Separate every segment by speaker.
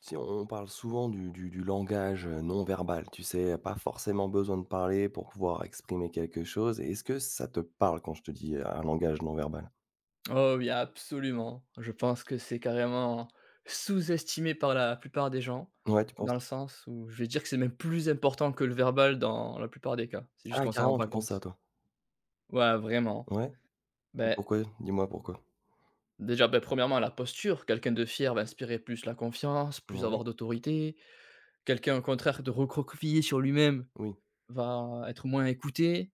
Speaker 1: Si on parle souvent du langage non verbal, tu sais? Pas forcément besoin de parler pour pouvoir exprimer quelque chose. Et est-ce que ça te parle quand je te dis, un langage non verbal?
Speaker 2: Oh oui, absolument. Je pense que c'est carrément sous-estimé par la plupart des gens,
Speaker 1: Ouais, tu
Speaker 2: dans
Speaker 1: penses?
Speaker 2: le sens où je vais dire que c'est même plus important que le verbal dans la plupart des cas. C'est juste
Speaker 1: Ah
Speaker 2: qu'on s'en rend
Speaker 1: carrément, tu
Speaker 2: pas
Speaker 1: penses ça
Speaker 2: compte.
Speaker 1: toi?
Speaker 2: Ouais, vraiment.
Speaker 1: Ouais, et
Speaker 2: Beh,
Speaker 1: pourquoi? Dis-moi pourquoi?
Speaker 2: déjà, beh, premièrement, la posture. Quelqu'un de fier va inspirer plus la confiance, plus
Speaker 1: Ouais,
Speaker 2: avoir d'autorité. Quelqu'un, au contraire, de recroquevillé sur lui-même
Speaker 1: oui.
Speaker 2: va être moins écouté,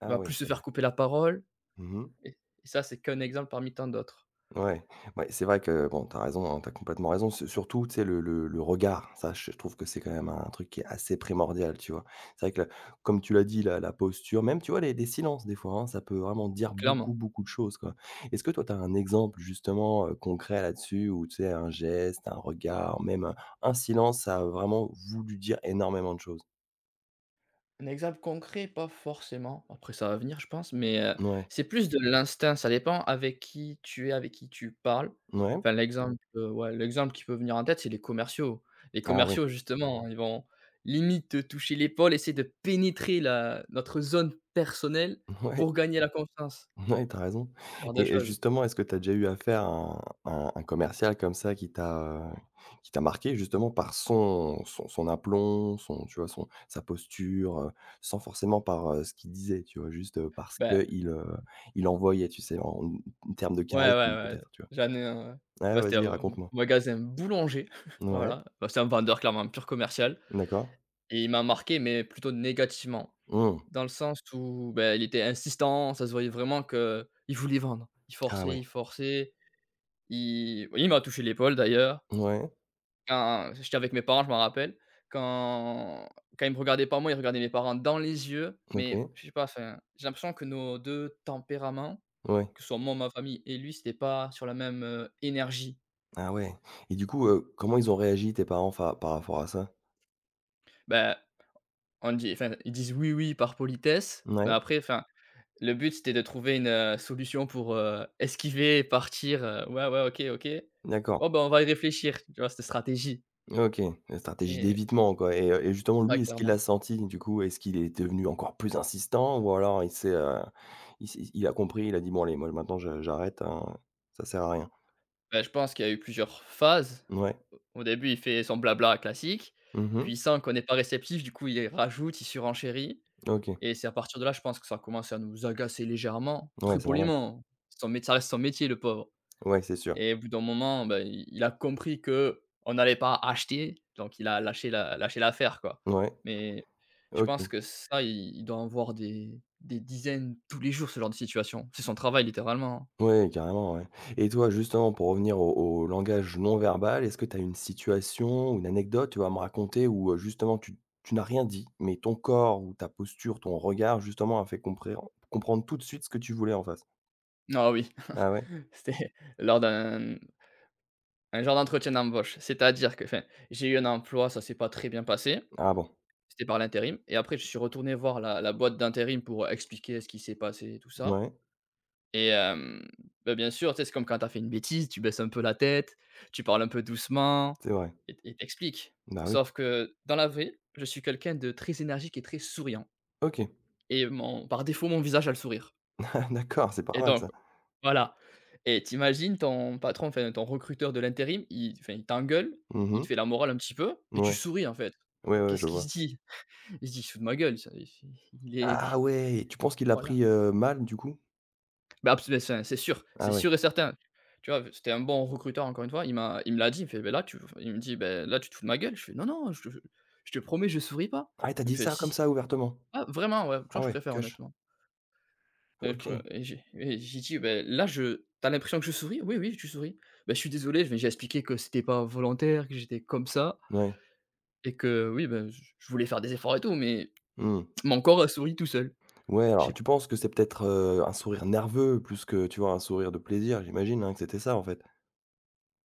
Speaker 1: Ah
Speaker 2: va
Speaker 1: oui,
Speaker 2: plus se
Speaker 1: c'est vrai.
Speaker 2: faire couper la parole.
Speaker 1: Mmh.
Speaker 2: Et et ça, c'est qu'un exemple parmi tant d'autres,
Speaker 1: Ouais, ouais, c'est vrai que bon, t'as raison, hein, tu complètement raison. Su Surtout, tu sais, le regard, ça, je trouve que c'est quand même un truc qui est assez primordial, tu vois? C'est vrai que, comme tu l'as dit, la posture, même, tu vois, les silences, des fois, hein, ça peut vraiment dire beaucoup,
Speaker 2: clairement.
Speaker 1: beaucoup de choses, quoi. Est-ce que toi, t'as un exemple, justement, concret là-dessus où, tu sais, un geste, un regard, même un silence, ça a vraiment voulu dire énormément de choses?
Speaker 2: Un exemple concret, pas forcément. Après, ça va venir, je pense, mais
Speaker 1: Ouais,
Speaker 2: c'est plus de l'instinct. Ça dépend avec qui tu es, avec qui tu parles.
Speaker 1: ouais.
Speaker 2: Enfin, ouais, l'exemple qui peut venir en tête, c'est les commerciaux. Les
Speaker 1: Ah oui.
Speaker 2: commerciaux, justement, ils vont limite te toucher l'épaule, essayer de pénétrer la notre zone personnelle
Speaker 1: Ouais.
Speaker 2: pour gagner la confiance,
Speaker 1: Ouais, tu as raison.
Speaker 2: ce genre de
Speaker 1: Et
Speaker 2: choses.
Speaker 1: justement, est-ce que tu as déjà eu affaire à un commercial comme ça qui t'a marqué justement par son aplomb, son, tu vois, son sa posture, sans forcément par, ce qu'il disait, tu vois? Juste, parce
Speaker 2: Ben
Speaker 1: qu'il, il envoyait, tu sais, en termes de
Speaker 2: ouais, ouais,
Speaker 1: charisme
Speaker 2: ouais,
Speaker 1: peut-être, tu vois?
Speaker 2: j'en ai un, ouais.
Speaker 1: Ah,
Speaker 2: Bah, c'était
Speaker 1: vas-y,
Speaker 2: un
Speaker 1: raconte-moi.
Speaker 2: magasin boulanger,
Speaker 1: Ouais,
Speaker 2: voilà. Bah, c'est un vendeur, clairement, un pur commercial
Speaker 1: d'accord.
Speaker 2: et il m'a marqué, mais plutôt négativement.
Speaker 1: Mmh.
Speaker 2: Dans le sens où, bah, il était insistant, ça se voyait vraiment que il voulait vendre. Il
Speaker 1: Ah
Speaker 2: forçait,
Speaker 1: ouais.
Speaker 2: il forçait, il oui, il m'a touché l'épaule d'ailleurs.
Speaker 1: Ouais,
Speaker 2: Quand j'étais avec mes parents, je m'en rappelle, quand quand il me regardait pas moi, il regardait mes parents dans les yeux, mais
Speaker 1: OK.
Speaker 2: je sais pas, enfin, j'ai l'impression que nos 2 tempéraments,
Speaker 1: Ouais.
Speaker 2: que ce soit moi, ma famille et lui, c'était pas sur la même, énergie.
Speaker 1: Ah ouais, et du coup, comment ils ont réagi tes parents fa par rapport à ça?
Speaker 2: Bah, ils disent: «Oui, oui» par politesse, mais
Speaker 1: Ouais,
Speaker 2: après, enfin, le but, c'était de trouver une, solution pour, esquiver et partir, ouais, ouais, OK, OK.
Speaker 1: d'accord.
Speaker 2: Bon, ben, on va y réfléchir, tu vois? Cette stratégie
Speaker 1: OK, la stratégie
Speaker 2: et
Speaker 1: d'évitement, quoi. Et justement
Speaker 2: ouais,
Speaker 1: lui, est-ce qu'il l'a
Speaker 2: clairement.
Speaker 1: senti du coup? Est-ce qu'il est devenu encore plus insistant ou alors il s'est, il s'est, il a compris, il a dit: «Bon allez, moi maintenant je j'arrête, hein, ça sert à rien».
Speaker 2: Bah, je pense qu'il y a eu plusieurs phases.
Speaker 1: Ouais.
Speaker 2: Au début, il fait son blabla classique,
Speaker 1: Mmh mh.
Speaker 2: puis il sent qu'on n'est pas réceptif, du coup, il rajoute, il surenchérit
Speaker 1: OK.
Speaker 2: et c'est à partir de là, je pense que ça a commencé à nous agacer légèrement,
Speaker 1: Ouais,
Speaker 2: très
Speaker 1: c'est normal.
Speaker 2: poliment. Son mét Ça reste son métier, le pauvre.
Speaker 1: Ouais, c'est sûr.
Speaker 2: Et au bout d'un moment, bah, i il a compris que on n'allait pas acheter, donc il a lâché l'affaire, quoi.
Speaker 1: Ouais.
Speaker 2: Mais je pense
Speaker 1: OK.
Speaker 2: que ça, il doit en voir des dizaines tous les jours, ce genre de situation. C'est son travail littéralement.
Speaker 1: Ouais, carrément, ouais. Et toi justement, pour revenir au langage non verbal, est-ce que tu as une situation ou une anecdote, tu vois, à me raconter où, justement tu n'as rien dit, mais ton corps ou ta posture, ton regard justement a fait comprendre tout de suite ce que tu voulais en face?
Speaker 2: Ah oui,
Speaker 1: Ah ouais?
Speaker 2: c'était lors d'un un genre d'entretien d'embauche. C'est-à-dire que, enfin, j'ai eu un emploi, ça s'est pas très bien passé,
Speaker 1: Ah bon?
Speaker 2: c'était par l'intérim et après je suis retourné voir la boîte d'intérim pour expliquer ce qui s'est passé et tout ça.
Speaker 1: Ouais,
Speaker 2: Et bah, bien sûr, tu sais, c'est comme quand tu as fait une bêtise, tu baisses un peu la tête, tu parles un peu doucement
Speaker 1: c'est vrai.
Speaker 2: et tu
Speaker 1: Bah oui.
Speaker 2: Sauf que dans la vraie, je suis quelqu'un de très énergique et très souriant
Speaker 1: OK.
Speaker 2: et mon par défaut, mon visage a le sourire
Speaker 1: Ah, d'accord, c'est pas
Speaker 2: et
Speaker 1: mal
Speaker 2: donc
Speaker 1: ça.
Speaker 2: voilà et t'imagines ton patron, enfin ton recruteur de l'intérim, il t'engueule,
Speaker 1: Mmh
Speaker 2: il te
Speaker 1: mh.
Speaker 2: fait la morale un petit peu et
Speaker 1: Ouais.
Speaker 2: tu souris en fait.
Speaker 1: Ouais, ouais, je
Speaker 2: Qu'est-ce qu'il se
Speaker 1: vois.
Speaker 2: dit? Il se dit: «Il se fout de ma gueule, ça, il est
Speaker 1: Ah ouais! Tu penses qu'il l'a
Speaker 2: voilà».
Speaker 1: pris, mal du coup?
Speaker 2: Bah, abs beh, c'est sûr,
Speaker 1: Ah
Speaker 2: c'est
Speaker 1: ouais.
Speaker 2: sûr et certain. Tu vois? C'était un bon recruteur encore une fois, il me l'a dit, il me fait: ben là tu» enfin, il me dit: ben là tu te fous de ma gueule?» Je fais: «Non, non, je te promets, je souris pas».
Speaker 1: Ah, il t'a
Speaker 2: Il me
Speaker 1: dit
Speaker 2: fait:
Speaker 1: ça
Speaker 2: «Si».
Speaker 1: comme
Speaker 2: Si.»
Speaker 1: ça ouvertement?
Speaker 2: Ah vraiment, ouais, tu
Speaker 1: Ah
Speaker 2: vois? Je
Speaker 1: ouais,
Speaker 2: préfère
Speaker 1: cash.
Speaker 2: honnêtement. Et p
Speaker 1: OK.
Speaker 2: et j'ai dit: ben là je t'as l'impression que je souris?» «Oui, oui, tu souris». Ben je suis désolé», mais j'ai expliqué que c'était pas volontaire, que j'étais comme ça
Speaker 1: Ouais.
Speaker 2: et que oui, ben, je voulais faire des efforts et tout, mais
Speaker 1: Mmh.
Speaker 2: mon corps a souri tout seul.
Speaker 1: Ouais,
Speaker 2: Je
Speaker 1: alors
Speaker 2: sais
Speaker 1: tu penses que c'est peut-être, un sourire nerveux plus que, tu vois, un sourire de plaisir? J'imagine, hein, que c'était ça en fait?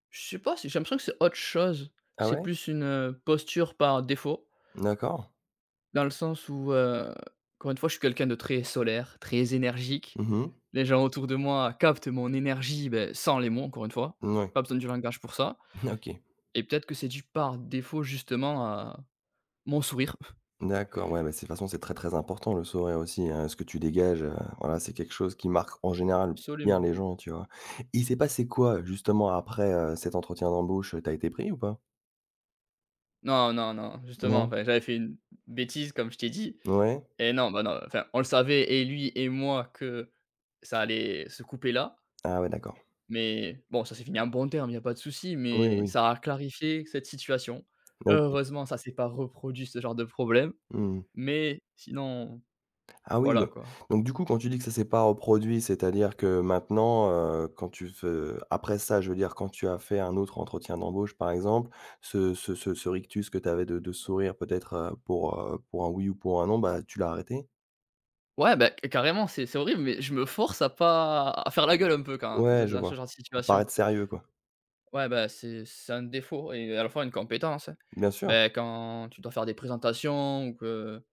Speaker 2: je sais pas, c'est j'ai l'impression que c'est autre chose.
Speaker 1: Ah
Speaker 2: C'est
Speaker 1: ouais?
Speaker 2: plus une, posture par défaut.
Speaker 1: D'accord.
Speaker 2: Dans le sens où, encore une fois, je suis quelqu'un de très solaire, très énergique.
Speaker 1: Mmh mh.
Speaker 2: Les gens autour de moi captent mon énergie, beh, sans les mots, encore une fois.
Speaker 1: Mouais.
Speaker 2: Pas besoin du langage pour ça
Speaker 1: OK.
Speaker 2: et peut-être que c'est dû par défaut justement à mon sourire.
Speaker 1: D'accord, ouais, bah, c'est de toute façon, c'est très, très important le sourire aussi, hein, ce que tu dégages, voilà, c'est quelque chose qui marque en général bien
Speaker 2: Absolument.
Speaker 1: les gens, tu vois? Il s'est passé quoi justement après, cet entretien d'embauche, t'as été pris ou pas?
Speaker 2: Non, non, non, justement,
Speaker 1: Non?
Speaker 2: enfin, j'avais fait une bêtise comme je t'ai dit
Speaker 1: Ouais?
Speaker 2: et non, bah, non, enfin, on le savait et lui et moi que ça allait se couper là.
Speaker 1: Ah ouais, d'accord.
Speaker 2: Mais bon, ça s'est fini en bon terme, il y a pas de souci,
Speaker 1: Oui,
Speaker 2: mais
Speaker 1: oui.
Speaker 2: ça a clarifié cette situation.
Speaker 1: OK.
Speaker 2: Heureusement, ça s'est pas reproduit ce genre de problème,
Speaker 1: Mmh.
Speaker 2: mais sinon,
Speaker 1: Ah oui, do
Speaker 2: voilà quoi.
Speaker 1: donc du coup, quand tu dis que ça s'est pas reproduit, c'est-à-dire que maintenant, quand tu fais après ça, je veux dire, quand tu as fait un autre entretien d'embauche, par exemple, ce rictus que tu avais de sourire peut-être, pour un oui ou pour un non, bah, tu l'as arrêté?
Speaker 2: Ouais, bah, c carrément, c'est horrible, mais je me force à pas à faire la gueule un peu quand dans
Speaker 1: Ouais, je
Speaker 2: dans
Speaker 1: vois.
Speaker 2: ce genre de
Speaker 1: Paraître
Speaker 2: situation.
Speaker 1: sérieux, quoi.
Speaker 2: Ouais, bah, c'est un défaut et à la fois une compétence, hein.
Speaker 1: Bien sûr.
Speaker 2: Beh, quand tu dois faire des présentations ou que,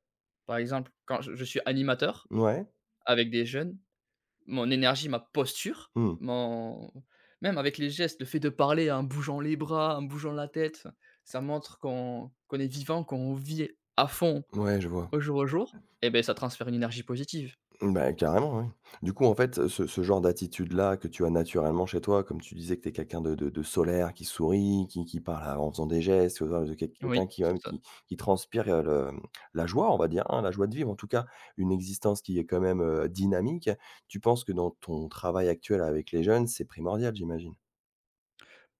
Speaker 2: par exemple, quand je suis animateur
Speaker 1: Ouais.
Speaker 2: avec des jeunes. Mon énergie, ma posture,
Speaker 1: Mmh.
Speaker 2: mon même avec les gestes, le fait de parler en bougeant les bras, en bougeant la tête, ça montre qu'on est vivant, qu'on vit à fond
Speaker 1: Ouais, je vois.
Speaker 2: au jour et ben ça transfère une énergie positive.
Speaker 1: Bah, carrément, oui. Du coup, en fait, ce ce genre d'attitude-là que tu as naturellement chez toi, comme tu disais que tu es quelqu'un de solaire, qui sourit, qui parle à en faisant des gestes, de
Speaker 2: Oui,
Speaker 1: quelqu'un qui,
Speaker 2: c'est ça.
Speaker 1: qui transpire, le la joie, on va dire, hein, la joie de vivre, en tout cas, une existence qui est quand même, dynamique. Tu penses que dans ton travail actuel avec les jeunes, c'est primordial, j'imagine?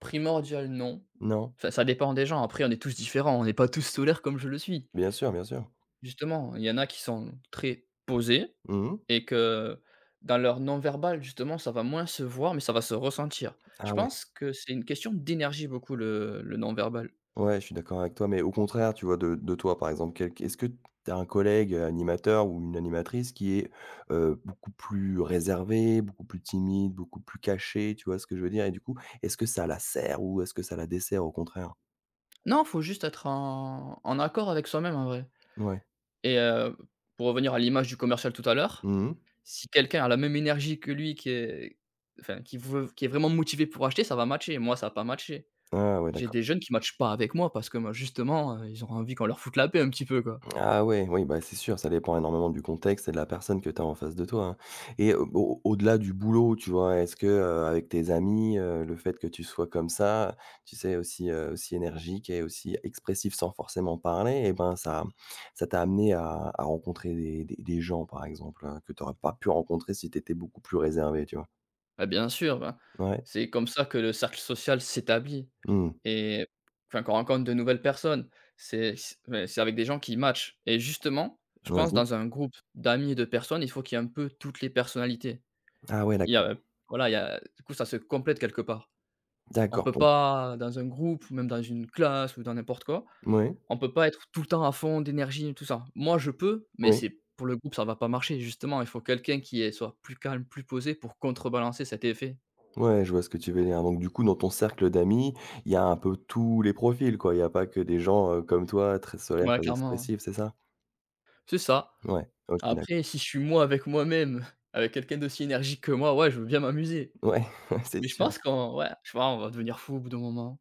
Speaker 2: Primordial, non.
Speaker 1: Non?
Speaker 2: Enfin, ça dépend des gens. Après, on est tous différents, on n'est pas tous solaires comme je le suis.
Speaker 1: Bien sûr, bien sûr.
Speaker 2: Justement, il y en a qui sont très posés
Speaker 1: Mmh.
Speaker 2: et que dans leur non-verbal, justement, ça va moins se voir, mais ça va se ressentir. Je
Speaker 1: Ah ouais.
Speaker 2: pense que c'est une question d'énergie beaucoup le non-verbal.
Speaker 1: Ouais, je suis d'accord avec toi, mais au contraire, tu vois, de toi, par exemple, quel est-ce que tu as un collègue, animateur ou une animatrice qui est, beaucoup plus réservée, beaucoup plus timide, beaucoup plus cachée, tu vois ce que je veux dire? Et du coup, est-ce que ça la sert ou est-ce que ça la dessert au contraire?
Speaker 2: Non, faut juste être en accord avec soi-même en vrai
Speaker 1: Ouais.
Speaker 2: et pour revenir à l'image du commercial tout à l'heure,
Speaker 1: Mmh.
Speaker 2: si quelqu'un a la même énergie que lui qui est enfin qui veut qui est vraiment motivé pour acheter, ça va matcher. Moi, ça a pas matché.
Speaker 1: Ah ouais,
Speaker 2: J'ai
Speaker 1: d'accord.
Speaker 2: des jeunes qui matchent pas avec moi parce que moi justement, ils ont envie qu'on leur foute la paix un petit peu, quoi.
Speaker 1: Ah ouais, oui, bah, c'est sûr, ça dépend énormément du contexte et de la personne que tu as en face de toi, hein. Et au au au-delà du boulot, tu vois? Est-ce que, avec tes amis, le fait que tu sois comme ça, tu sais, aussi, aussi énergique et aussi expressif sans forcément parler, et ben, ça t'a amené à rencontrer des gens, par exemple, que tu aurais pas pu rencontrer si tu étais beaucoup plus réservé, tu vois?
Speaker 2: Bah, bien sûr, ben,
Speaker 1: Ouais.
Speaker 2: c'est comme ça que le cercle social s'établit
Speaker 1: Mmh.
Speaker 2: et enfin, qu'on rencontre de nouvelles personnes. C'est c Ouais, c'est avec des gens qui matchent et justement, je pense
Speaker 1: Vas-y.
Speaker 2: dans un groupe d'amis et de personnes, il faut qu'il y ait un peu toutes les personnalités.
Speaker 1: Ah ouais,
Speaker 2: Il y
Speaker 1: d'accord.
Speaker 2: a Voilà, il y a du coup, ça se complète quelque part. On
Speaker 1: D'accord,
Speaker 2: peut
Speaker 1: donc
Speaker 2: pas dans un groupe ou même dans une classe ou dans n'importe quoi,
Speaker 1: ouais,
Speaker 2: on peut pas être tout le temps à fond d'énergie et tout ça. Moi, je peux, mais
Speaker 1: oui.
Speaker 2: c'est pour le groupe, ça va pas marcher justement, il faut quelqu'un qui est soit plus calme, plus posé pour contrebalancer cet effet.
Speaker 1: Ouais, je vois ce que tu veux dire. Donc du coup, dans ton cercle d'amis, il y a un peu tous les profils, quoi. Il y a pas que des gens, comme toi, très solaires,
Speaker 2: Ouais,
Speaker 1: très
Speaker 2: clairement, hein.
Speaker 1: expressifs, c'est ça?
Speaker 2: C'est ça.
Speaker 1: Ouais, OK, d'acc
Speaker 2: Après, si je suis moi avec moi-même, avec quelqu'un d'aussi énergique que moi, ouais, je veux bien m'amuser.
Speaker 1: ouais, c'est
Speaker 2: Mais je
Speaker 1: sûr.
Speaker 2: pense qu'en ouais, je sais pas, on va devenir fou au bout d'un moment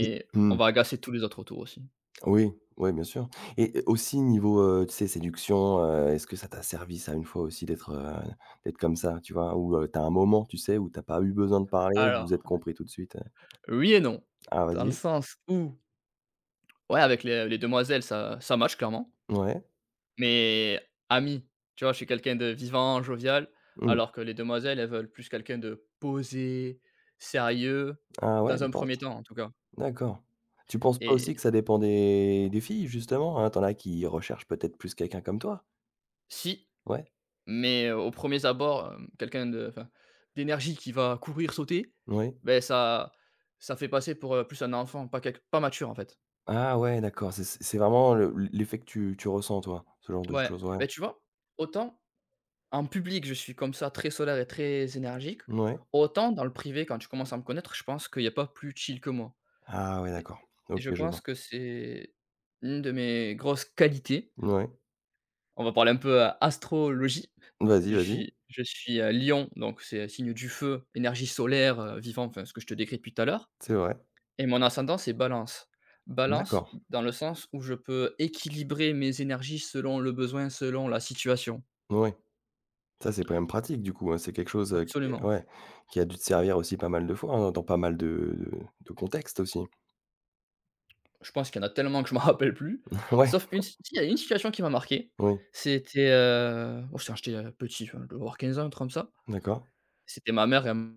Speaker 1: Et
Speaker 2: on
Speaker 1: mmh,
Speaker 2: va agacer tous les autres autour aussi.
Speaker 1: oui, ouais, bien sûr. Et aussi niveau, tu sais, séduction, est-ce que ça t'a servi ça, une fois aussi d'être, d'être comme ça, tu vois? Ou, tu un moment, tu sais, où t'as pas eu besoin de parler, vous vous êtes
Speaker 2: Alors,
Speaker 1: compris tout de suite, heu?
Speaker 2: oui et non.
Speaker 1: Ah
Speaker 2: Dans le
Speaker 1: vas-y.
Speaker 2: sens où, ouais, avec les demoiselles, ça match clairement,
Speaker 1: Ouais.
Speaker 2: mais ami tu vois? Je suis quelqu'un de vivant, jovial,
Speaker 1: Mmh.
Speaker 2: alors que les demoiselles, elles veulent plus quelqu'un de posé, sérieux,
Speaker 1: Ah ouais,
Speaker 2: dans
Speaker 1: tu
Speaker 2: un
Speaker 1: penses?
Speaker 2: premier temps en tout cas.
Speaker 1: D'accord. Tu penses pas aussi que
Speaker 2: Et
Speaker 1: ça dépend des filles justement, hein? T'en as qui recherchent peut-être plus quelqu'un comme toi?
Speaker 2: si.
Speaker 1: Ouais,
Speaker 2: Mais aux premiers abords, d'énergie qui va courir, sauter,
Speaker 1: oui.
Speaker 2: ben ça fait passer pour, plus un enfant, pas mature, en fait.
Speaker 1: Ah ouais, d'accord, c'est vraiment le l'effet que tu ressens toi, ce genre de
Speaker 2: Ouais,
Speaker 1: choses, ouais.
Speaker 2: beh, tu vois? Autant en public, je suis comme ça, très solaire et très énergique,
Speaker 1: Ouais.
Speaker 2: autant dans le privé, quand tu commences à me connaître, je pense qu'il y a pas plus chill que moi
Speaker 1: Ah ouais,
Speaker 2: et
Speaker 1: d'accord.
Speaker 2: et
Speaker 1: OK,
Speaker 2: je
Speaker 1: je vois.
Speaker 2: pense que c'est une de mes grosses qualités.
Speaker 1: Ouais.
Speaker 2: On va parler un peu a astrologie.
Speaker 1: Vas-y,
Speaker 2: Je
Speaker 1: vas-y.
Speaker 2: suis je suis, heu, Lion, donc c'est signe du feu, énergie solaire, vivant, enfin ce que je te décris depuis tout à l'heure
Speaker 1: C'est vrai.
Speaker 2: et mon ascendant c'est Balance. Balance
Speaker 1: D'accord.
Speaker 2: dans le sens où je peux équilibrer mes énergies selon le besoin, selon la situation.
Speaker 1: Ouais. Ça, c'est quand même pratique du coup, hein. C'est quelque chose, qui est-
Speaker 2: Absolument.
Speaker 1: ouais, qui a dû te servir aussi pas mal de fois, hein, dans pas mal de de contextes aussi.
Speaker 2: Je pense qu'il y en a tellement que je m'en rappelle plus,
Speaker 1: Ouais,
Speaker 2: sauf une si, il y a une situation qui m'a marqué.
Speaker 1: oui,
Speaker 2: C'était quand j'étais, petit, enfin je devais avoir 15 ans, un truc comme ça.
Speaker 1: d'accord.
Speaker 2: C'était ma mère, et m'a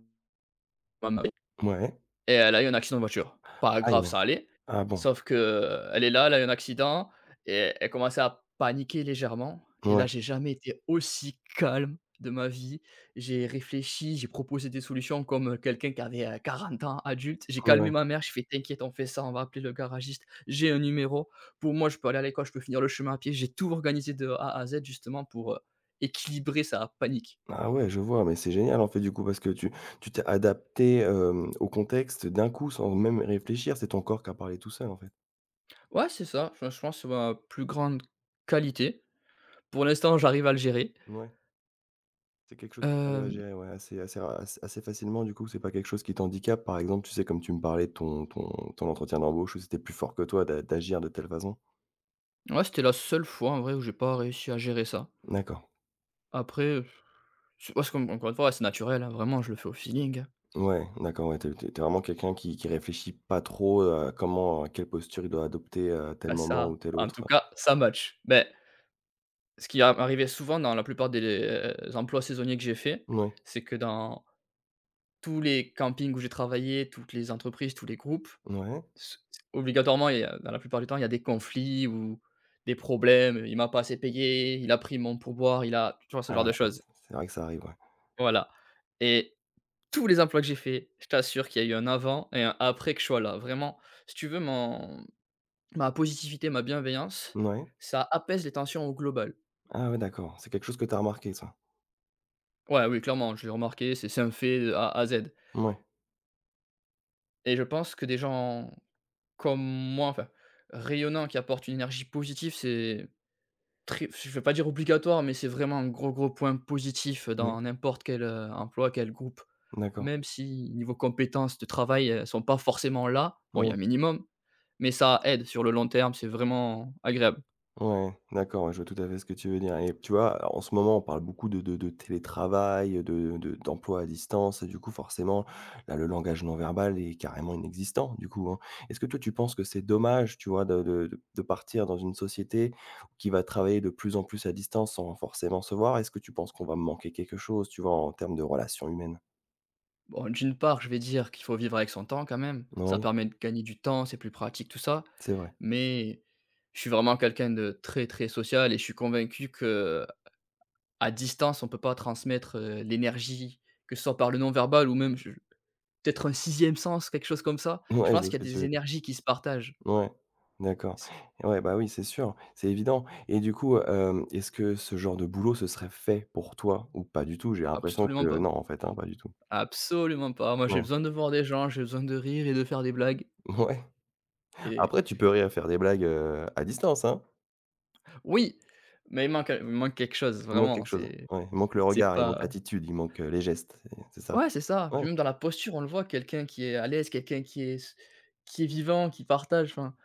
Speaker 2: maman.
Speaker 1: Ouais.
Speaker 2: Et elle a eu un accident de voiture. Pas
Speaker 1: Ah,
Speaker 2: grave, ça allait.
Speaker 1: ah bon.
Speaker 2: Sauf que elle est là, elle a eu un accident et elle commençait à paniquer légèrement. Et
Speaker 1: Ouais,
Speaker 2: là, j'ai jamais été aussi calme de ma vie. J'ai réfléchi, j'ai proposé des solutions comme quelqu'un qui avait, 40 ans, adulte. J'ai
Speaker 1: ouais.
Speaker 2: calmé ma mère, je fais: «T'inquiète, on fait ça, on va appeler le garagiste. J'ai un numéro. Pour moi, je peux aller à l'école, je peux finir le chemin à pied.» J'ai tout organisé de A à Z justement pour, équilibrer sa panique.
Speaker 1: Ah ouais, je vois, mais c'est génial en fait du coup parce que tu t'es adapté, au contexte d'un coup sans même réfléchir. C'est ton corps qui a parlé tout seul en fait.
Speaker 2: Ouais, c'est ça. Enfin, je pense que c'est ma plus grande qualité. Pour l'instant, j'arrive à le gérer.
Speaker 1: Ouais, c'est quelque chose que tu arrives à
Speaker 2: Hem,
Speaker 1: gérer, ouais, assez assez ra assez assez facilement du coup? C'est pas quelque chose qui t'handicape par exemple, tu sais, comme tu me parlais de ton entretien d'embauche où c'était plus fort que toi d'agir de telle façon?
Speaker 2: ouais, c'était la seule fois en vrai où j'ai pas réussi à gérer ça.
Speaker 1: D'accord.
Speaker 2: Après, c'est parce qu'encore une fois, c'est naturel, hein, vraiment, je le fais au feeling, hein.
Speaker 1: Ouais, d'accord, ouais, tu es vraiment quelqu'un qui réfléchit pas trop, à comment à quelle posture il doit adopter à tel
Speaker 2: Bah,
Speaker 1: moment ou
Speaker 2: ça,
Speaker 1: tel
Speaker 2: en
Speaker 1: autre.
Speaker 2: tout cas, ça match. Mais ce qui arrivait souvent dans la plupart des emplois saisonniers que j'ai fait,
Speaker 1: Ouais,
Speaker 2: c'est que dans tous les campings où j'ai travaillé, toutes les entreprises, tous les groupes,
Speaker 1: ouais.
Speaker 2: s obligatoirement, il y a dans la plupart du temps, il y a des conflits ou des problèmes. Il m'a pas assez payé, il a pris mon pourboire, il a, tu vois? Ce genre
Speaker 1: Ah
Speaker 2: de
Speaker 1: bah,
Speaker 2: choses.
Speaker 1: c'est vrai que ça arrive, ouais.
Speaker 2: Voilà. Et tous les emplois que j'ai faits, je t'assure qu'il y a eu un avant et un après que je sois là. Vraiment, si tu veux, mon ma positivité, ma bienveillance,
Speaker 1: Mouais.
Speaker 2: ça apaise les tensions au global.
Speaker 1: Ah ouais, d'accord, c'est quelque chose que tu as remarqué ça?
Speaker 2: Ouais, oui, clairement, je l'ai remarqué, c'est un fait de A à Z.
Speaker 1: Ouais,
Speaker 2: Et je pense que des gens comme moi, enfin, rayonnants, qui apportent une énergie positive, c'est très, je vais pas dire obligatoire, mais c'est vraiment un gros, gros point positif
Speaker 1: oui,
Speaker 2: dans n'importe quel, emploi, quel groupe.
Speaker 1: d'accord,
Speaker 2: Même si niveau compétences de travail, elles sont pas forcément là, bon, il y a
Speaker 1: oui,
Speaker 2: un minimum, mais ça aide sur le long terme, c'est vraiment agréable.
Speaker 1: ouais, d'accord, ouais, je vois tout à fait ce que tu veux dire. Et tu vois, en ce moment, on parle beaucoup de télétravail, de d'emploi à distance, et du coup, forcément, là, le langage non verbal est carrément inexistant, du coup, hein. Est-ce que toi, tu penses que c'est dommage, tu vois, de partir dans une société qui va travailler de plus en plus à distance sans forcément se voir? Est-ce que tu penses qu'on va manquer quelque chose, tu vois, en termes de relations humaines?
Speaker 2: Bon, d'une part, je vais dire qu'il faut vivre avec son temps quand même, ça
Speaker 1: Oui,
Speaker 2: permet de gagner du temps, c'est plus pratique, tout ça,
Speaker 1: c'est vrai.
Speaker 2: mais je suis vraiment quelqu'un de très, très social et je suis convaincu que à distance, on peut pas transmettre, l'énergie, que ce soit par le non-verbal ou même, je peut-être un sixième sens, quelque chose comme ça. Je
Speaker 1: Ouais, je
Speaker 2: pense
Speaker 1: vois
Speaker 2: qu'il
Speaker 1: ce
Speaker 2: y a
Speaker 1: que tu
Speaker 2: des
Speaker 1: veux.
Speaker 2: énergies qui se partagent.
Speaker 1: Ouais, d'accord.
Speaker 2: C
Speaker 1: Ouais, bah, oui, c'est sûr, c'est évident. Et du coup, est-ce que ce genre de boulot, ce serait fait pour toi ou pas du tout? J'ai l'impression
Speaker 2: Absolument
Speaker 1: que
Speaker 2: pas.
Speaker 1: non, en fait, hein, pas du tout.
Speaker 2: Absolument pas. Moi, j'ai
Speaker 1: Ouais,
Speaker 2: besoin de voir des gens, j'ai besoin de rire et de faire des blagues.
Speaker 1: ouais.
Speaker 2: Et
Speaker 1: Après tu peux rire, faire des blagues, à distance, hein.
Speaker 2: oui, mais il manque quelque chose
Speaker 1: Il manque
Speaker 2: vraiment.
Speaker 1: quelque chose.
Speaker 2: c'est
Speaker 1: Ouais, il manque le
Speaker 2: c'est
Speaker 1: regard, il manque
Speaker 2: pas
Speaker 1: l'attitude, il manque, les gestes, c'est ça.
Speaker 2: ouais, c'est ça.
Speaker 1: Ouais,
Speaker 2: Puis même dans la posture, on le voit, quelqu'un qui est à l'aise, quelqu'un qui est vivant, qui partage, enfin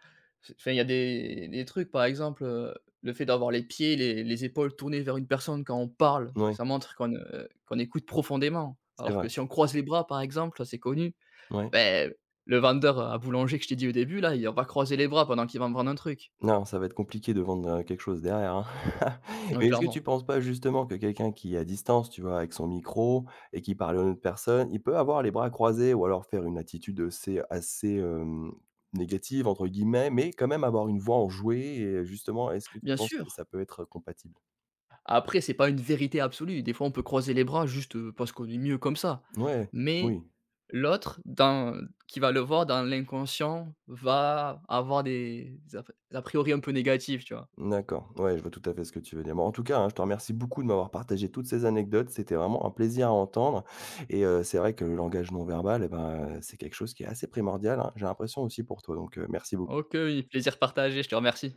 Speaker 2: c'est, enfin, il y a des trucs, par exemple, le fait d'avoir les pieds, les épaules tournées vers une personne quand on parle,
Speaker 1: ouais,
Speaker 2: ça montre qu'on, qu'on écoute profondément,
Speaker 1: c'est
Speaker 2: alors
Speaker 1: vrai.
Speaker 2: que si on croise les bras, par exemple, ça, c'est connu.
Speaker 1: Ouais.
Speaker 2: Beh, le vendeur à boulanger que je t'ai dit au début là, il va croiser les bras pendant qu'il va me vendre un truc.
Speaker 1: Non, ça va être compliqué de vendre, quelque chose derrière, hein.
Speaker 2: Ouais,
Speaker 1: Mais est-ce que tu
Speaker 2: clairement.
Speaker 1: penses pas justement que quelqu'un qui est à distance, tu vois, avec son micro et qui parle à une autre personne, il peut avoir les bras croisés ou alors faire une attitude, assez, «négative» entre guillemets, mais quand même avoir une voix enjouée et justement, est-ce que tu
Speaker 2: Bien
Speaker 1: penses que
Speaker 2: sûr.
Speaker 1: ça peut être compatible?
Speaker 2: Après, c'est pas une vérité absolue. Des fois, on peut croiser les bras juste, parce qu'on est mieux comme ça.
Speaker 1: Ouais,
Speaker 2: Mais
Speaker 1: oui.
Speaker 2: l'autre, dans qui va le voir dans l'inconscient, va avoir des a priori un peu négatifs, tu vois?
Speaker 1: D'accord, ouais, je vois tout à fait ce que tu veux dire. Bon, en tout cas, hein, je te remercie beaucoup de m'avoir partagé toutes ces anecdotes. C'était vraiment un plaisir à entendre, et c'est vrai que le langage non verbal, eh ben, c'est quelque chose qui est assez primordial, hein, j'ai l'impression aussi pour toi, donc merci beaucoup.
Speaker 2: OK, oui, plaisir partagé, je te remercie.